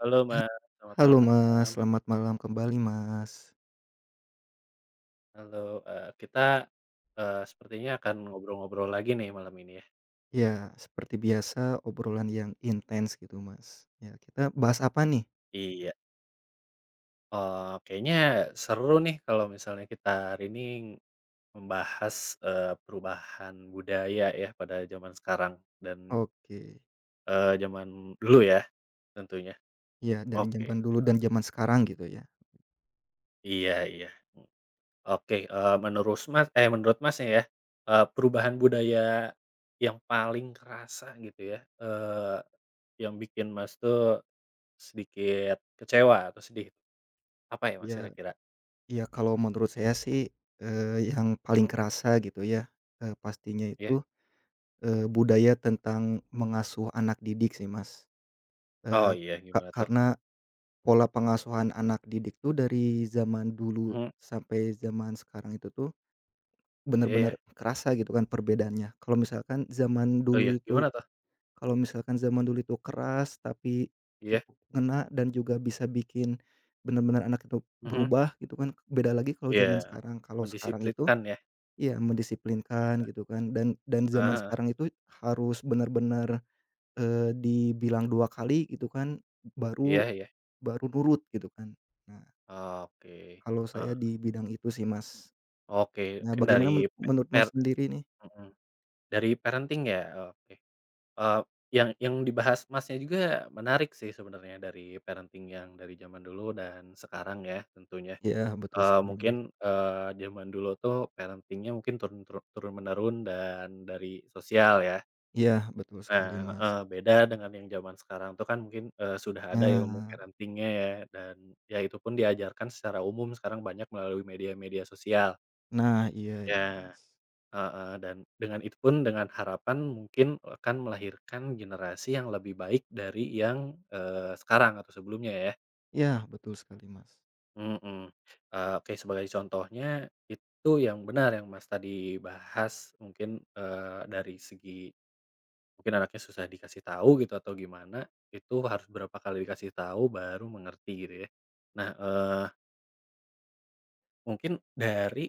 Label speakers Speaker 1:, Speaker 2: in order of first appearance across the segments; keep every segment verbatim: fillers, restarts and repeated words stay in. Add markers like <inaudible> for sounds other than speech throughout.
Speaker 1: Halo, Mas, selamat
Speaker 2: Halo Mas,
Speaker 1: malam.
Speaker 2: selamat malam kembali Mas.
Speaker 1: Halo, eee, kita, eee, sepertinya akan ngobrol-ngobrol lagi nih malam ini ya?
Speaker 2: Ya, seperti biasa obrolan yang intens gitu Mas. Ya, kita bahas apa nih?
Speaker 1: Iya, eee, kayaknya seru nih kalau misalnya kita hari ini membahas, eee, perubahan budaya ya pada zaman sekarang dan,
Speaker 2: Oke,
Speaker 1: eee, zaman dulu ya tentunya.
Speaker 2: ya dari
Speaker 1: Oke,
Speaker 2: zaman dulu dan
Speaker 1: eee,
Speaker 2: zaman sekarang gitu ya.
Speaker 1: iya iya. Oke, eee, menurus Mas eh, menurut Masnya ya, eee, perubahan budaya yang paling kerasa gitu ya, eee, yang bikin Mas tuh sedikit kecewa atau sedih, apa ya Mas
Speaker 2: Ya,
Speaker 1: kira-kira?
Speaker 2: ya kalau menurut saya sih, eee, yang paling
Speaker 1: Mmm,
Speaker 2: kerasa gitu ya, eee, pastinya
Speaker 1: iya?
Speaker 2: itu, eee, budaya tentang mengasuh anak didik sih Mas.
Speaker 1: Oh
Speaker 2: Eee,
Speaker 1: iya,
Speaker 2: ka
Speaker 1: gimana tuh?
Speaker 2: karena pola pengasuhan anak didik tuh dari zaman dulu
Speaker 1: Mhm,
Speaker 2: sampai zaman sekarang itu tuh
Speaker 1: iya ya.
Speaker 2: bener-bener kerasa gitu kan perbedaannya. Kalau misalkan zaman
Speaker 1: Oh iya,
Speaker 2: dulu
Speaker 1: gimana
Speaker 2: itu
Speaker 1: tuh?
Speaker 2: kalau misalkan zaman dulu itu keras, tapi
Speaker 1: Iya,
Speaker 2: cukup ngena dan juga bisa bikin benar-benar anak itu
Speaker 1: mhm,
Speaker 2: berubah gitu kan, beda lagi kalau zaman
Speaker 1: iya.
Speaker 2: sekarang. Kalau sekarang itu
Speaker 1: Mendisiplinkan ya?
Speaker 2: ya mendisiplinkan gitu kan, dan dan zaman
Speaker 1: Ah
Speaker 2: sekarang itu harus benar-benar eee, dibilang dua kali gitu kan,
Speaker 1: iya
Speaker 2: baru
Speaker 1: iya.
Speaker 2: baru nurut gitu kan. Nah,
Speaker 1: Oke,
Speaker 2: kalau saya
Speaker 1: heeh,
Speaker 2: di bidang itu sih, Mas.
Speaker 1: oke
Speaker 2: Nah,
Speaker 1: mungkin
Speaker 2: bagaimana men
Speaker 1: dari
Speaker 2: menurut
Speaker 1: per
Speaker 2: Mas sendiri nih?
Speaker 1: mhm, dari parenting ya? Oke. Eee, yang yang dibahas Masnya juga menarik sih sebenarnya dari parenting yang dari zaman dulu dan sekarang ya tentunya.
Speaker 2: Ya betul
Speaker 1: Eee,
Speaker 2: sekali,
Speaker 1: mungkin,
Speaker 2: Mas.
Speaker 1: eee, Zaman dulu tuh parentingnya mungkin turun turun turun menurun dan dari sosial ya.
Speaker 2: Iya, betul sekali,
Speaker 1: Nah
Speaker 2: Mas.
Speaker 1: heeh, beda dengan yang zaman sekarang tuh kan mungkin, eee, sudah ada ilmu
Speaker 2: Nah,
Speaker 1: parentingnya ya dan ya itu pun diajarkan secara umum sekarang banyak melalui media-media sosial.
Speaker 2: nah, iya iya,
Speaker 1: Ya.
Speaker 2: Mas.
Speaker 1: Heeh, dan dengan itu pun dengan harapan mungkin akan melahirkan generasi yang lebih baik dari yang, eee, sekarang atau sebelumnya ya.
Speaker 2: Iya, betul sekali, Mas.
Speaker 1: Mhm. Eee, oke sebagai contohnya itu yang benar yang Mas tadi bahas mungkin, eee, dari segi mungkin anaknya susah dikasih tahu gitu atau gimana, itu harus berapa kali dikasih tahu baru mengerti gitu ya. Nah, eee, mungkin dari,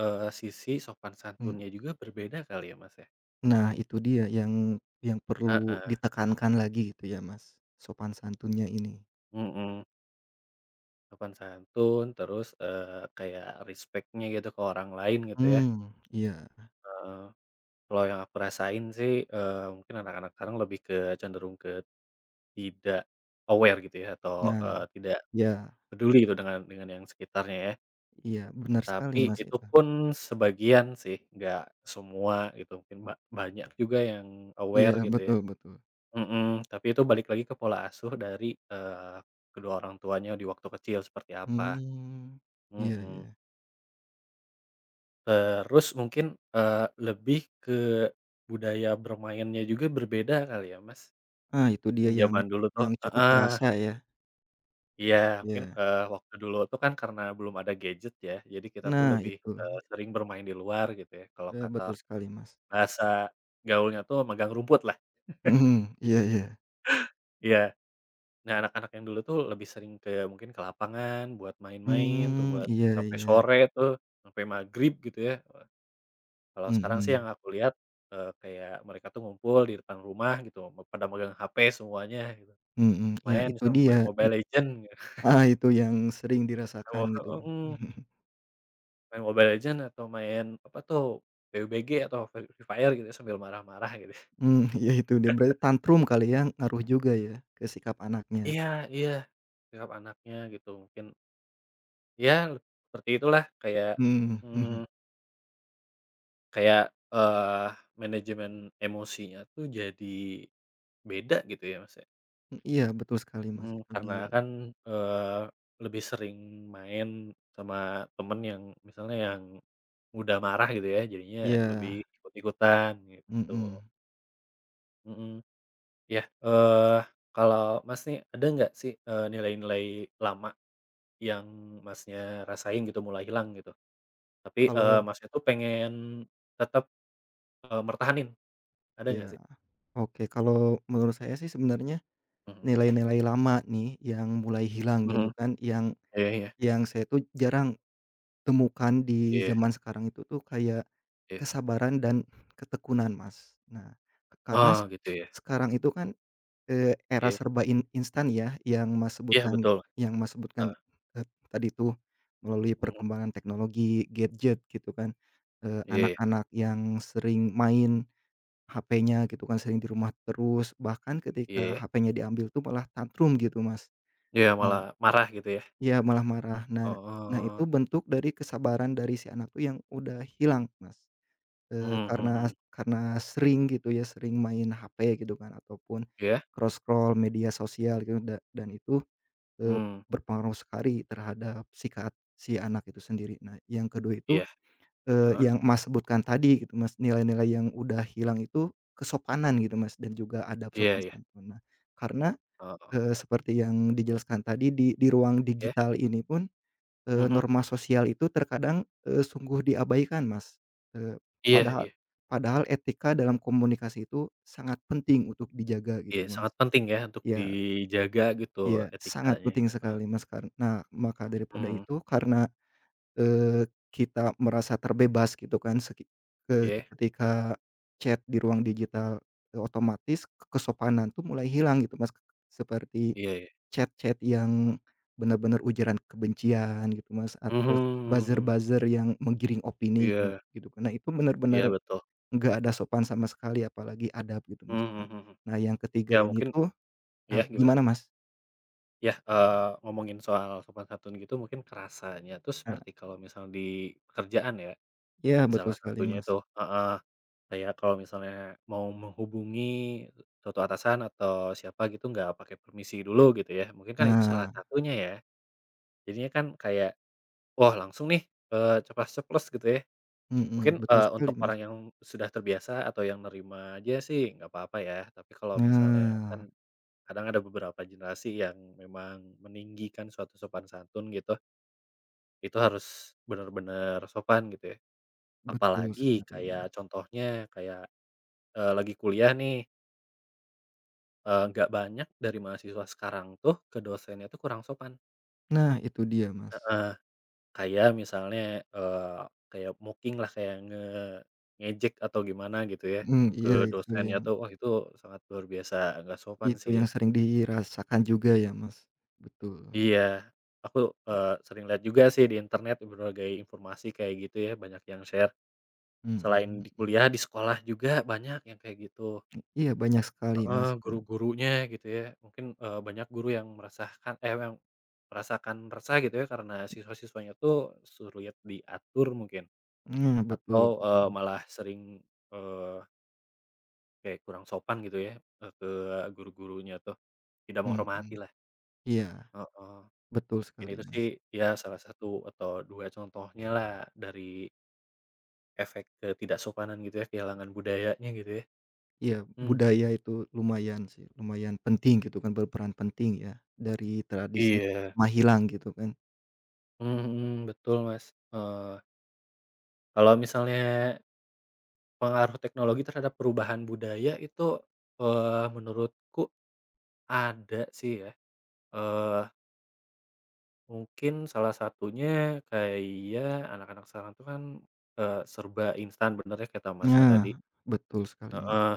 Speaker 1: eee, sisi sopan
Speaker 2: Mhm.
Speaker 1: santunnya juga berbeda kali ya, Mas, ya?
Speaker 2: Nah, itu dia yang yang perlu
Speaker 1: Heeh,
Speaker 2: ditekankan lagi gitu ya, Mas, sopan santunnya ini.
Speaker 1: mhm. Sopan santun, terus, eee, kayak respect-nya gitu ke orang lain gitu ya.
Speaker 2: Hmm, iya.
Speaker 1: Heeh, kalau yang aku rasain sih, eee, mungkin anak-anak sekarang lebih ke cenderung ke tidak aware gitu ya atau,
Speaker 2: Nah,
Speaker 1: eee, tidak
Speaker 2: iya
Speaker 1: peduli gitu dengan dengan yang sekitarnya ya.
Speaker 2: iya, benar sekali,
Speaker 1: Tapi
Speaker 2: Mas,
Speaker 1: itu
Speaker 2: itu.
Speaker 1: pun sebagian sih, nggak semua gitu, mungkin ba banyak juga yang aware
Speaker 2: Iya,
Speaker 1: gitu ya.
Speaker 2: betul betul.
Speaker 1: Mhm, tapi itu balik lagi ke pola asuh dari, eee, kedua orang tuanya di waktu kecil seperti apa.
Speaker 2: Hmm, iya
Speaker 1: Mhm.
Speaker 2: iya.
Speaker 1: Terus mungkin, eee, lebih ke budaya bermainnya juga berbeda kali ya, Mas?
Speaker 2: Ah, itu dia
Speaker 1: Yang
Speaker 2: yang
Speaker 1: zaman dulu tuh
Speaker 2: yang cukup
Speaker 1: heeh,
Speaker 2: kerasa ya.
Speaker 1: iya mungkin,
Speaker 2: Iya.
Speaker 1: eee, waktu dulu tuh kan karena belum ada gadget ya, jadi kita tuh
Speaker 2: Nah,
Speaker 1: lebih,
Speaker 2: itu.
Speaker 1: eee, sering bermain di luar gitu ya, kalau
Speaker 2: Eee,
Speaker 1: kata
Speaker 2: betul sekali, Mas.
Speaker 1: bahasa gaulnya tuh megang rumput lah,
Speaker 2: Hmm, iya iya.
Speaker 1: iya. Nah, anak-anak yang dulu tuh lebih sering ke mungkin ke lapangan buat main-main tuh
Speaker 2: Hmm,
Speaker 1: buat
Speaker 2: iya
Speaker 1: sampai
Speaker 2: iya.
Speaker 1: sore tuh, sampai maghrib gitu ya. Kalau
Speaker 2: Hmm,
Speaker 1: sekarang sih
Speaker 2: hmm.
Speaker 1: yang aku lihat, eee, kayak mereka tuh ngumpul di depan rumah gitu, me pada megang H P semuanya gitu,
Speaker 2: Mhm, ya
Speaker 1: main
Speaker 2: itu
Speaker 1: misal
Speaker 2: dia,
Speaker 1: main Mobile
Speaker 2: bet
Speaker 1: Legends gitu,
Speaker 2: ah, itu yang sering dirasakan gitu, Bang.
Speaker 1: mhm,
Speaker 2: <laughs>
Speaker 1: main Mobile Legends atau main apa tuh, P U B G atau Free Free Fire gitu ya, sambil marah-marah gitu <laughs> ya.
Speaker 2: Mmm, ya itu dia, berarti tantrum kali ya, ngaruh juga ya ke sikap anaknya.
Speaker 1: Iya iya, sikap anaknya gitu mungkin ya seperti itulah kayak,
Speaker 2: Mhm, mhm. M
Speaker 1: mmm,
Speaker 2: <laughs>
Speaker 1: kayak, eee, manajemen emosinya tuh jadi beda gitu ya, Mas, ya.
Speaker 2: iya, betul sekali, Mas,
Speaker 1: Mmm,
Speaker 2: itu
Speaker 1: karena
Speaker 2: dia.
Speaker 1: kan, eee, lebih sering main sama temen yang misalnya yang mudah marah gitu ya, jadinya lebih
Speaker 2: Iya,
Speaker 1: ikut-ikutan gitu,
Speaker 2: mhm.
Speaker 1: mhm. Iya, eee, kalau Mas nih ada nggak sih, eee, nilai-nilai lama yang Masnya rasain gitu mulai hilang gitu, tapi, eee,
Speaker 2: Kalau
Speaker 1: Masnya tuh pengen tetep, eee, mertahanin, ada nggak
Speaker 2: iya,
Speaker 1: sih?
Speaker 2: oke, kalau menurut saya sih sebenarnya
Speaker 1: Mhm,
Speaker 2: nilai-nilai lama nih yang mulai hilang
Speaker 1: mhm,
Speaker 2: gitu kan, yang
Speaker 1: iya iya
Speaker 2: yang saya tuh jarang temukan di
Speaker 1: iya
Speaker 2: zaman sekarang itu tuh kayak
Speaker 1: iya.
Speaker 2: kesabaran dan ketekunan, Mas. Nah, ke- karena
Speaker 1: Oh
Speaker 2: s-
Speaker 1: gitu ya,
Speaker 2: sekarang itu kan, eee, era
Speaker 1: iya
Speaker 2: serba in instan ya yang Mas
Speaker 1: iya
Speaker 2: sebutkan
Speaker 1: betul,
Speaker 2: yang Mas sebutkan,
Speaker 1: heeh,
Speaker 2: eee, tadi tuh melalui
Speaker 1: mhm,
Speaker 2: perkembangan teknologi, gadget gitu kan, eee,
Speaker 1: iya iya,
Speaker 2: anak-anak yang sering main H P-nya gitu kan, sering di rumah terus, bahkan
Speaker 1: iya.
Speaker 2: ketika
Speaker 1: Ya.
Speaker 2: H P-nya diambil tuh malah tantrum gitu, Mas.
Speaker 1: Iya, malah
Speaker 2: Nah,
Speaker 1: marah gitu ya?
Speaker 2: iya, malah marah. Nah nah itu
Speaker 1: Oh,
Speaker 2: bentuk dari kesabaran dari si anak tuh yang udah hilang, Mas. Eee,
Speaker 1: mhm mhm
Speaker 2: karena
Speaker 1: mhm,
Speaker 2: karena sering gitu ya, sering main H P gitu kan, ataupun
Speaker 1: iya,
Speaker 2: scroll-scroll media sosial gitu, da dan itu, eee,
Speaker 1: mmm,
Speaker 2: berpengaruh sekali terhadap sikap si anak itu sendiri. Nah, yang kedua itu,
Speaker 1: iya,
Speaker 2: eee,
Speaker 1: heeh,
Speaker 2: yang Mas sebutkan tadi gitu, Mas, nilai-nilai yang udah hilang itu kesopanan gitu, Mas, dan juga adab
Speaker 1: iya
Speaker 2: sopan
Speaker 1: iya,
Speaker 2: santun. Nah, karena,
Speaker 1: heeh,
Speaker 2: eee, seperti yang dijelaskan tadi di di ruang
Speaker 1: iya,
Speaker 2: digital ini pun, Eee,
Speaker 1: mhm,
Speaker 2: norma sosial itu terkadang, eee, sungguh diabaikan, Mas. Eee,
Speaker 1: iya
Speaker 2: padahal
Speaker 1: iya
Speaker 2: padahal etika dalam komunikasi itu sangat penting untuk dijaga
Speaker 1: iya,
Speaker 2: gitu, Mas.
Speaker 1: sangat penting ya untuk
Speaker 2: Iya
Speaker 1: dijaga gitu
Speaker 2: iya, sangat
Speaker 1: etikanya,
Speaker 2: penting
Speaker 1: heeh,
Speaker 2: sekali, Mas, kar nah, maka daripada
Speaker 1: mhm,
Speaker 2: itu karena, eee, kita merasa terbebas gitu kan seki eee,
Speaker 1: iya
Speaker 2: ketika chat di ruang digital, eee, otomatis kesopanan tuh mulai hilang gitu, Mas, seperti
Speaker 1: iya iya,
Speaker 2: chat-chat yang benar-benar ujaran kebencian gitu, Mas,
Speaker 1: mhm
Speaker 2: atau
Speaker 1: mhm,
Speaker 2: buzzer-buzzer yang menggiring opini gi
Speaker 1: iya
Speaker 2: gitu kan. Nah, itu
Speaker 1: iya
Speaker 2: benar-benar
Speaker 1: betul,
Speaker 2: nggak ada sopan sama sekali, apalagi adab gitu, Mas.
Speaker 1: mhm
Speaker 2: Nah
Speaker 1: mhm, mhm.
Speaker 2: nah, yang
Speaker 1: Ya
Speaker 2: ketiga ini
Speaker 1: mungkin
Speaker 2: tuh eee,
Speaker 1: iya gimana?
Speaker 2: gimana, Mas?
Speaker 1: Iya, eee, ngomongin soal sopan santun gitu mungkin kerasanya tuh
Speaker 2: Eee,
Speaker 1: seperti kalau misal di pekerjaan ya.
Speaker 2: iya betul
Speaker 1: Salah
Speaker 2: sekali,
Speaker 1: satunya
Speaker 2: Mas.
Speaker 1: tuh heeh, kayak kalau misalnya mau menghubungi suatu atasan atau siapa gitu nggak pakai permisi dulu gitu ya, mungkin kan itu salah
Speaker 2: Nah,
Speaker 1: satunya ya. Jadinya kan kayak, wah langsung nih, eee, ceplas-ceplos gitu ya.
Speaker 2: mhm,
Speaker 1: Mungkin,
Speaker 2: betul
Speaker 1: eee,
Speaker 2: sekali,
Speaker 1: untuk
Speaker 2: Mas.
Speaker 1: orang yang sudah terbiasa atau yang nerima aja sih nggak apa-apa ya, tapi kalau misalnya
Speaker 2: Nah,
Speaker 1: kan kadang ada beberapa generasi yang memang meninggikan suatu sopan santun gitu, itu harus benar-benar sopan gitu ya.
Speaker 2: betul
Speaker 1: Apalagi
Speaker 2: sekali,
Speaker 1: kayak
Speaker 2: Mas.
Speaker 1: contohnya kayak Eee, lagi kuliah nih, eee, nggak banyak dari mahasiswa sekarang tuh ke dosennya tuh kurang sopan.
Speaker 2: Nah, itu dia, Mas.
Speaker 1: Heeh, kayak misalnya, eee, kayak mocking lah, kayak nge ngejek atau gimana gitu ya,
Speaker 2: Mhm,
Speaker 1: ke
Speaker 2: iya itu
Speaker 1: dosennya
Speaker 2: yang
Speaker 1: tuh, wah itu sangat luar biasa nggak sopan
Speaker 2: itu
Speaker 1: sih.
Speaker 2: yang sering dirasakan juga ya, Mas. Betul.
Speaker 1: Iya, aku, eee, sering lihat juga sih di internet berbagai informasi kayak gitu ya, banyak yang share. Selain
Speaker 2: Mhm
Speaker 1: di
Speaker 2: mhm.
Speaker 1: kuliah, di sekolah juga banyak yang kayak gitu.
Speaker 2: Iya, banyak sekali,
Speaker 1: Heeh,
Speaker 2: Mas, ya.
Speaker 1: guru-gurunya gitu ya, mungkin, eee, banyak guru yang merasakan eh, yang merasakan resah gitu ya karena siswa-siswanya tuh sulit diatur mungkin
Speaker 2: Mmm,
Speaker 1: atau,
Speaker 2: betul
Speaker 1: eee,
Speaker 2: betul,
Speaker 1: malah sering, eee, kayak kurang sopan gitu ya, eee, ke guru-gurunya tuh, tidak
Speaker 2: mhm.
Speaker 1: menghormati lah,
Speaker 2: Iya,
Speaker 1: heeh.
Speaker 2: betul
Speaker 1: Mungkin
Speaker 2: sekali,
Speaker 1: itu sih
Speaker 2: Mas.
Speaker 1: ya salah satu atau dua contohnya lah dari efek ketidaksopanan gitu ya, kehilangan budayanya gitu ya.
Speaker 2: Iya,
Speaker 1: Mmm,
Speaker 2: budaya itu lumayan sih, lumayan penting gitu kan, berperan penting ya, dari tradisi
Speaker 1: iya,
Speaker 2: mah hilang gitu kan.
Speaker 1: mhm mhm, betul Mas, eee, kalau misalnya pengaruh teknologi terhadap perubahan budaya itu, eee, menurutku ada sih ya, eee, mungkin salah satunya kayak ya anak-anak sekarang tuh kan, eee, serba instan bener ya kata Masnya
Speaker 2: Nah,
Speaker 1: tadi
Speaker 2: betul sekali, Mas.
Speaker 1: heeh,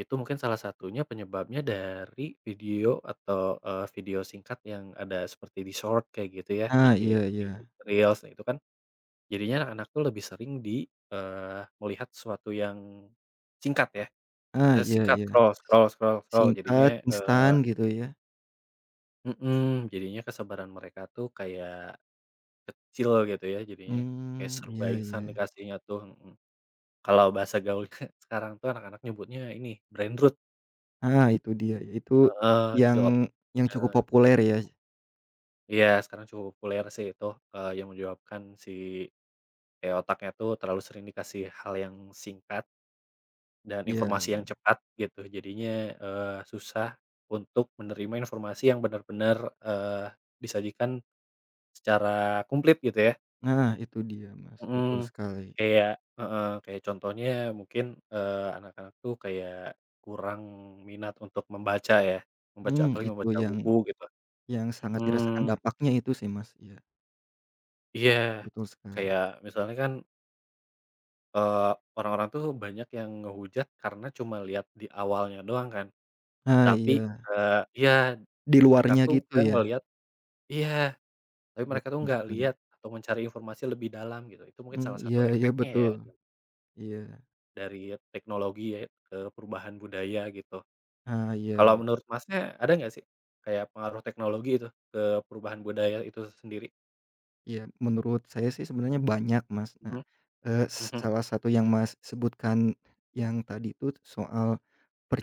Speaker 1: itu mungkin salah satunya penyebabnya dari video atau, eee, video singkat yang ada seperti di short kayak gitu ya,
Speaker 2: Ah,
Speaker 1: I G
Speaker 2: iya
Speaker 1: di
Speaker 2: iya.
Speaker 1: Reels nah itu kan jadinya anak-anak tuh lebih sering di eee, melihat sesuatu yang singkat ya.
Speaker 2: Ah,
Speaker 1: Kita
Speaker 2: iya
Speaker 1: singkat
Speaker 2: iya.
Speaker 1: scroll scroll scroll scroll
Speaker 2: Singkat,
Speaker 1: jadinya, eee
Speaker 2: instan gitu ya.
Speaker 1: mhm, jadinya kesabaran mereka tuh kayak kecil gitu ya jadinya, kayak
Speaker 2: Mmm,
Speaker 1: serba
Speaker 2: iya iya.
Speaker 1: instan dikasihnya tuh, mhm. Kalau bahasa gaulnya <laughs> sekarang tuh anak-anak nyebutnya ini brainroot,
Speaker 2: Ah, itu dia, itu
Speaker 1: heeh, jadi ot
Speaker 2: yang yang cukup
Speaker 1: heeh,
Speaker 2: populer ya.
Speaker 1: iya sekarang cukup populer sih itu, eee, yang menyebabkan si kayak otaknya tuh terlalu sering dikasih hal yang singkat dan
Speaker 2: Iya
Speaker 1: informasi yang
Speaker 2: iya.
Speaker 1: cepat gitu jadinya, eee, susah untuk menerima informasi yang benar-benar, eee, disajikan secara komplit gitu ya?
Speaker 2: Nah, itu dia, Mas,
Speaker 1: Mhm,
Speaker 2: betul sekali.
Speaker 1: kayak heeh, kayak contohnya mungkin, eee, anak-anak tuh kayak kurang minat untuk membaca ya, membaca
Speaker 2: Mmm,
Speaker 1: apalagi
Speaker 2: itu
Speaker 1: membaca
Speaker 2: yang
Speaker 1: buku gitu.
Speaker 2: yang sangat dirasakan
Speaker 1: Mhm,
Speaker 2: dampaknya itu sih, Mas, iya,
Speaker 1: iya,
Speaker 2: betul sekali.
Speaker 1: kayak misalnya kan, eee, orang-orang tuh banyak yang ngehujat karena cuma lihat di awalnya doang kan,
Speaker 2: Nah,
Speaker 1: tapi,
Speaker 2: iya,
Speaker 1: eee iya,
Speaker 2: di
Speaker 1: mereka
Speaker 2: luarnya
Speaker 1: tuh
Speaker 2: gitu
Speaker 1: nggak
Speaker 2: ya?
Speaker 1: ngelihat iya, tapi mereka tuh
Speaker 2: Betul
Speaker 1: nggak
Speaker 2: sekali.
Speaker 1: lihat atau mencari informasi lebih dalam gitu, itu mungkin
Speaker 2: Mmm,
Speaker 1: salah satu
Speaker 2: iya iya,
Speaker 1: efeknya ya.
Speaker 2: betul, iya.
Speaker 1: Dari teknologi ya, ke perubahan budaya gitu.
Speaker 2: Ah, iya
Speaker 1: Kalau
Speaker 2: iya,
Speaker 1: menurut Masnya ada nggak sih kayak pengaruh teknologi itu ke perubahan budaya itu sendiri?
Speaker 2: iya, menurut saya sih sebenarnya banyak, Mas. Nah,
Speaker 1: Mhm
Speaker 2: eee, s
Speaker 1: mhm
Speaker 2: salah satu yang Mas sebutkan yang tadi itu soal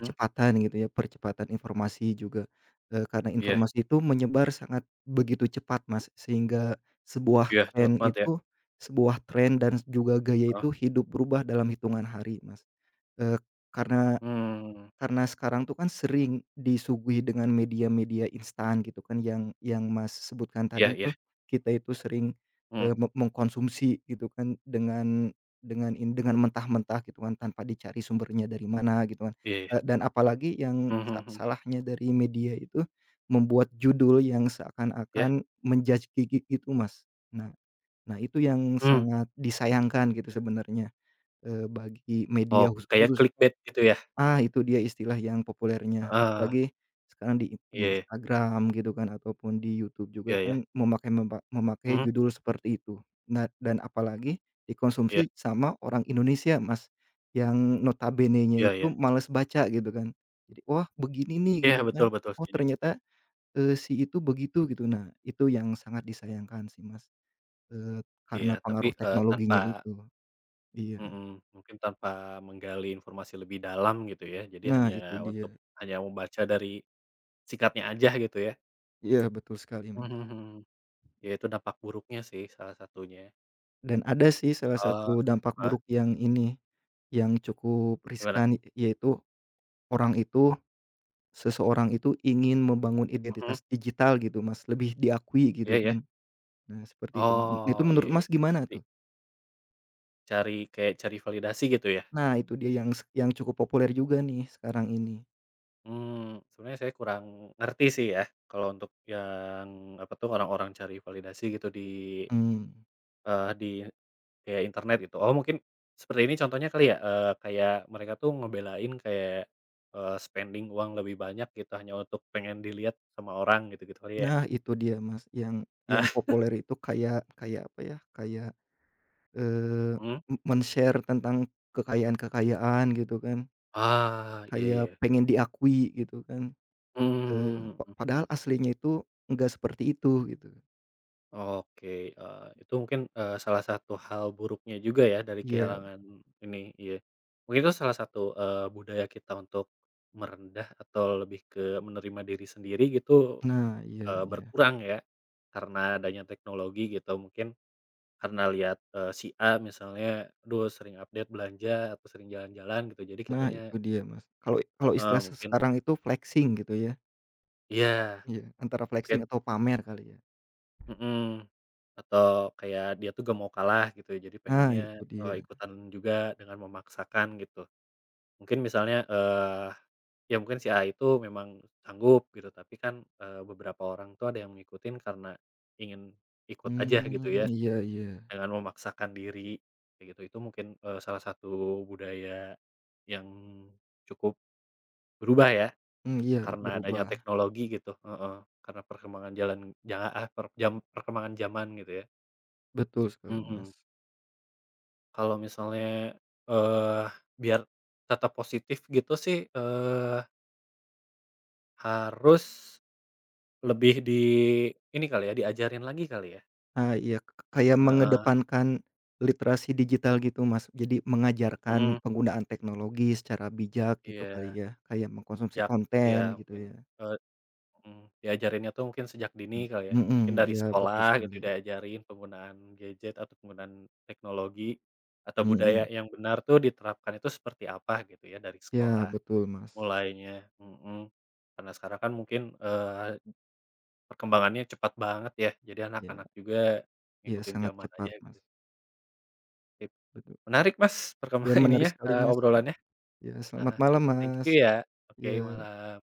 Speaker 1: mhm.
Speaker 2: gitu ya, percepatan informasi juga, eee, karena
Speaker 1: Iya
Speaker 2: informasi itu menyebar sangat begitu cepat Mas, sehingga sebuah
Speaker 1: iya, cepet
Speaker 2: tren
Speaker 1: banget ya,
Speaker 2: itu sebuah tren dan juga gaya
Speaker 1: heeh,
Speaker 2: itu hidup berubah dalam hitungan hari Mas, eee, karena
Speaker 1: mmm,
Speaker 2: karena sekarang tuh kan sering disuguhi dengan media-media instan gitu kan yang yang Mas sebutkan
Speaker 1: iya
Speaker 2: tadi
Speaker 1: iya,
Speaker 2: tuh, kita itu sering,
Speaker 1: mhm,
Speaker 2: eee, meng mengkonsumsi gitu kan dengan dengan in dengan mentah-mentah gitu kan tanpa dicari sumbernya dari mana gitu kan,
Speaker 1: iya iya,
Speaker 2: eee, dan apalagi yang
Speaker 1: mhm
Speaker 2: sa
Speaker 1: mhm mhm,
Speaker 2: salahnya dari media itu membuat judul yang
Speaker 1: iya,
Speaker 2: seakan-akan men-judge gigi gitu Mas. Nah nah itu yang
Speaker 1: mmm,
Speaker 2: sangat disayangkan gitu sebenarnya, eee, bagi
Speaker 1: oh
Speaker 2: media
Speaker 1: kayak
Speaker 2: khusus.
Speaker 1: clickbait gitu ya?
Speaker 2: Ah, itu dia istilah yang populernya,
Speaker 1: Heeh,
Speaker 2: apalagi sekarang di di
Speaker 1: iya iya
Speaker 2: Instagram gitu kan ataupun di YouTube
Speaker 1: iya,
Speaker 2: juga
Speaker 1: ya,
Speaker 2: kan memakai mema memakai
Speaker 1: mhm,
Speaker 2: judul seperti itu. Nah, dan apalagi
Speaker 1: iya
Speaker 2: dikonsumsi sama orang Indonesia, Mas, yang notabenenya
Speaker 1: iya iya,
Speaker 2: itu males baca gitu kan. Jadi, "Wah, begini nih,"
Speaker 1: iya
Speaker 2: gitu
Speaker 1: betul
Speaker 2: kan,
Speaker 1: betul
Speaker 2: "Oh,
Speaker 1: setuju.
Speaker 2: ternyata, eee, si itu begitu," gitu. Nah, itu yang sangat disayangkan sih, Mas, eee,
Speaker 1: Iya
Speaker 2: karena
Speaker 1: tapi,
Speaker 2: pengaruh
Speaker 1: eee, tanpa
Speaker 2: teknologinya itu. Iya.
Speaker 1: mhm, mungkin tanpa menggali informasi lebih dalam gitu ya, jadi
Speaker 2: Nah,
Speaker 1: hanya
Speaker 2: itu
Speaker 1: untuk
Speaker 2: dia.
Speaker 1: hanya membaca dari sikatnya aja gitu ya?
Speaker 2: Iya, betul sekali,
Speaker 1: Mhm
Speaker 2: Mas.
Speaker 1: mhm. Ya itu dampak buruknya sih salah satunya.
Speaker 2: Dan ada sih salah
Speaker 1: Eh
Speaker 2: satu dampak
Speaker 1: heeh,
Speaker 2: buruk yang ini, yang cukup
Speaker 1: gimana?
Speaker 2: riskan, y- yaitu orang itu seseorang itu ingin membangun
Speaker 1: Mhm,
Speaker 2: identitas digital gitu Mas, lebih diakui
Speaker 1: iya
Speaker 2: gitu
Speaker 1: iya.
Speaker 2: kan. Nah seperti itu, m itu
Speaker 1: Oh, iya
Speaker 2: menurut
Speaker 1: iya.
Speaker 2: Mas gimana
Speaker 1: Jadi
Speaker 2: tuh?
Speaker 1: cari kayak cari validasi gitu ya?
Speaker 2: Nah itu dia yang s yang cukup populer juga nih sekarang ini,
Speaker 1: Mmm, sebenarnya saya kurang ngerti sih ya kalau untuk yang apa tuh orang-orang cari validasi gitu di,
Speaker 2: mmm.
Speaker 1: eee, di kayak internet gitu. Oh mungkin seperti ini contohnya kali ya, eee, kayak mereka tuh ngebelain kayak, eee, spending uang lebih banyak gitu hanya untuk pengen dilihat sama orang gitu-gitu kali ya?
Speaker 2: Nah itu dia Mas, yang yang
Speaker 1: Ah, <laughs>
Speaker 2: populer itu kayak kayak apa ya, kayak, eee,
Speaker 1: mhm.
Speaker 2: m men-share tentang kekayaan-kekayaan gitu kan,
Speaker 1: Ah, iya
Speaker 2: kayak
Speaker 1: iya.
Speaker 2: pengen diakui gitu kan.
Speaker 1: Mhm
Speaker 2: Eee,
Speaker 1: mhm
Speaker 2: pa
Speaker 1: mhm.
Speaker 2: padahal aslinya itu enggak seperti itu gitu.
Speaker 1: Oke, eee, itu mungkin, eee, salah satu hal buruknya juga ya dari
Speaker 2: Iya.
Speaker 1: kehilangan ini, iya. Mungkin itu salah satu, eee, budaya kita untuk merendah atau lebih ke menerima diri sendiri gitu,
Speaker 2: Nah iya
Speaker 1: eee,
Speaker 2: iya.
Speaker 1: berkurang ya karena adanya teknologi gitu mungkin karena lihat, eee, si A misalnya, aduh sering update belanja atau sering jalan-jalan gitu, jadi
Speaker 2: Nah
Speaker 1: kitanya
Speaker 2: itu dia Mas. Kalau kalau
Speaker 1: heeh,
Speaker 2: istilah se
Speaker 1: mungkin
Speaker 2: sekarang itu flexing gitu ya.
Speaker 1: iya,
Speaker 2: Iya, antara
Speaker 1: mungkin
Speaker 2: flexing atau pamer kali ya.
Speaker 1: mhm, atau kayak dia tuh gak mau kalah gitu, jadi
Speaker 2: Ah
Speaker 1: pengennya,
Speaker 2: itu
Speaker 1: eee,
Speaker 2: dia.
Speaker 1: ikutan juga dengan memaksakan gitu. Mungkin misalnya, eee, ya mungkin si A itu memang sanggup gitu, tapi kan, eee, beberapa orang tuh ada yang ngikutin karena ingin ikut aja gitu
Speaker 2: Mmm,
Speaker 1: ya.
Speaker 2: iya iya.
Speaker 1: Dengan memaksakan diri, kayak gitu. Itu mungkin, eee, salah satu budaya yang cukup berubah ya,
Speaker 2: Mmm, iya
Speaker 1: karena adanya
Speaker 2: berubah.
Speaker 1: teknologi gitu heeh, karena perkembangan jalan jangan ah, per jam perkembangan zaman gitu ya.
Speaker 2: Betul sekali Mas.
Speaker 1: Mhm. Kalau misalnya, eee, biar tetap positif gitu sih, eee, harus lebih di ini kali ya, diajarin lagi kali ya?
Speaker 2: Ah iya, k kayak
Speaker 1: Heeh,
Speaker 2: mengedepankan literasi digital gitu Mas. Jadi mengajarkan
Speaker 1: mhm,
Speaker 2: penggunaan teknologi secara bijak gitu kali
Speaker 1: iya,
Speaker 2: ya, kayak mengkonsumsi
Speaker 1: jak iya
Speaker 2: konten gitu
Speaker 1: mungkin,
Speaker 2: ya.
Speaker 1: eh, mmm, diajarinnya tuh mungkin sejak dini kali ya?
Speaker 2: Mhm mhm,
Speaker 1: Mungkin dari
Speaker 2: iya betul
Speaker 1: sekolah gitu
Speaker 2: sekali.
Speaker 1: diajarin penggunaan gadget atau penggunaan teknologi, atau budaya
Speaker 2: Mhm.
Speaker 1: yang benar tuh diterapkan itu seperti apa gitu ya dari
Speaker 2: Ya
Speaker 1: sekolah
Speaker 2: betul, Mas.
Speaker 1: mulainya, mhm. Karena sekarang kan mungkin, eee, perkembangannya cepat banget ya, jadi
Speaker 2: Ya,
Speaker 1: anak-anak juga
Speaker 2: ya
Speaker 1: ngikutin
Speaker 2: sangat
Speaker 1: zaman aja
Speaker 2: cepat, Mas,
Speaker 1: gitu, sip.
Speaker 2: betul.
Speaker 1: Menarik Mas perkemba
Speaker 2: Ya
Speaker 1: <laughs>
Speaker 2: menarik
Speaker 1: ininya,
Speaker 2: sekali,
Speaker 1: eee,
Speaker 2: Mas, ya.
Speaker 1: obrolannya,
Speaker 2: Ya selamat
Speaker 1: heeh, sip,
Speaker 2: malam,
Speaker 1: thank you
Speaker 2: Mas.
Speaker 1: ya, oke
Speaker 2: Ya.
Speaker 1: malam.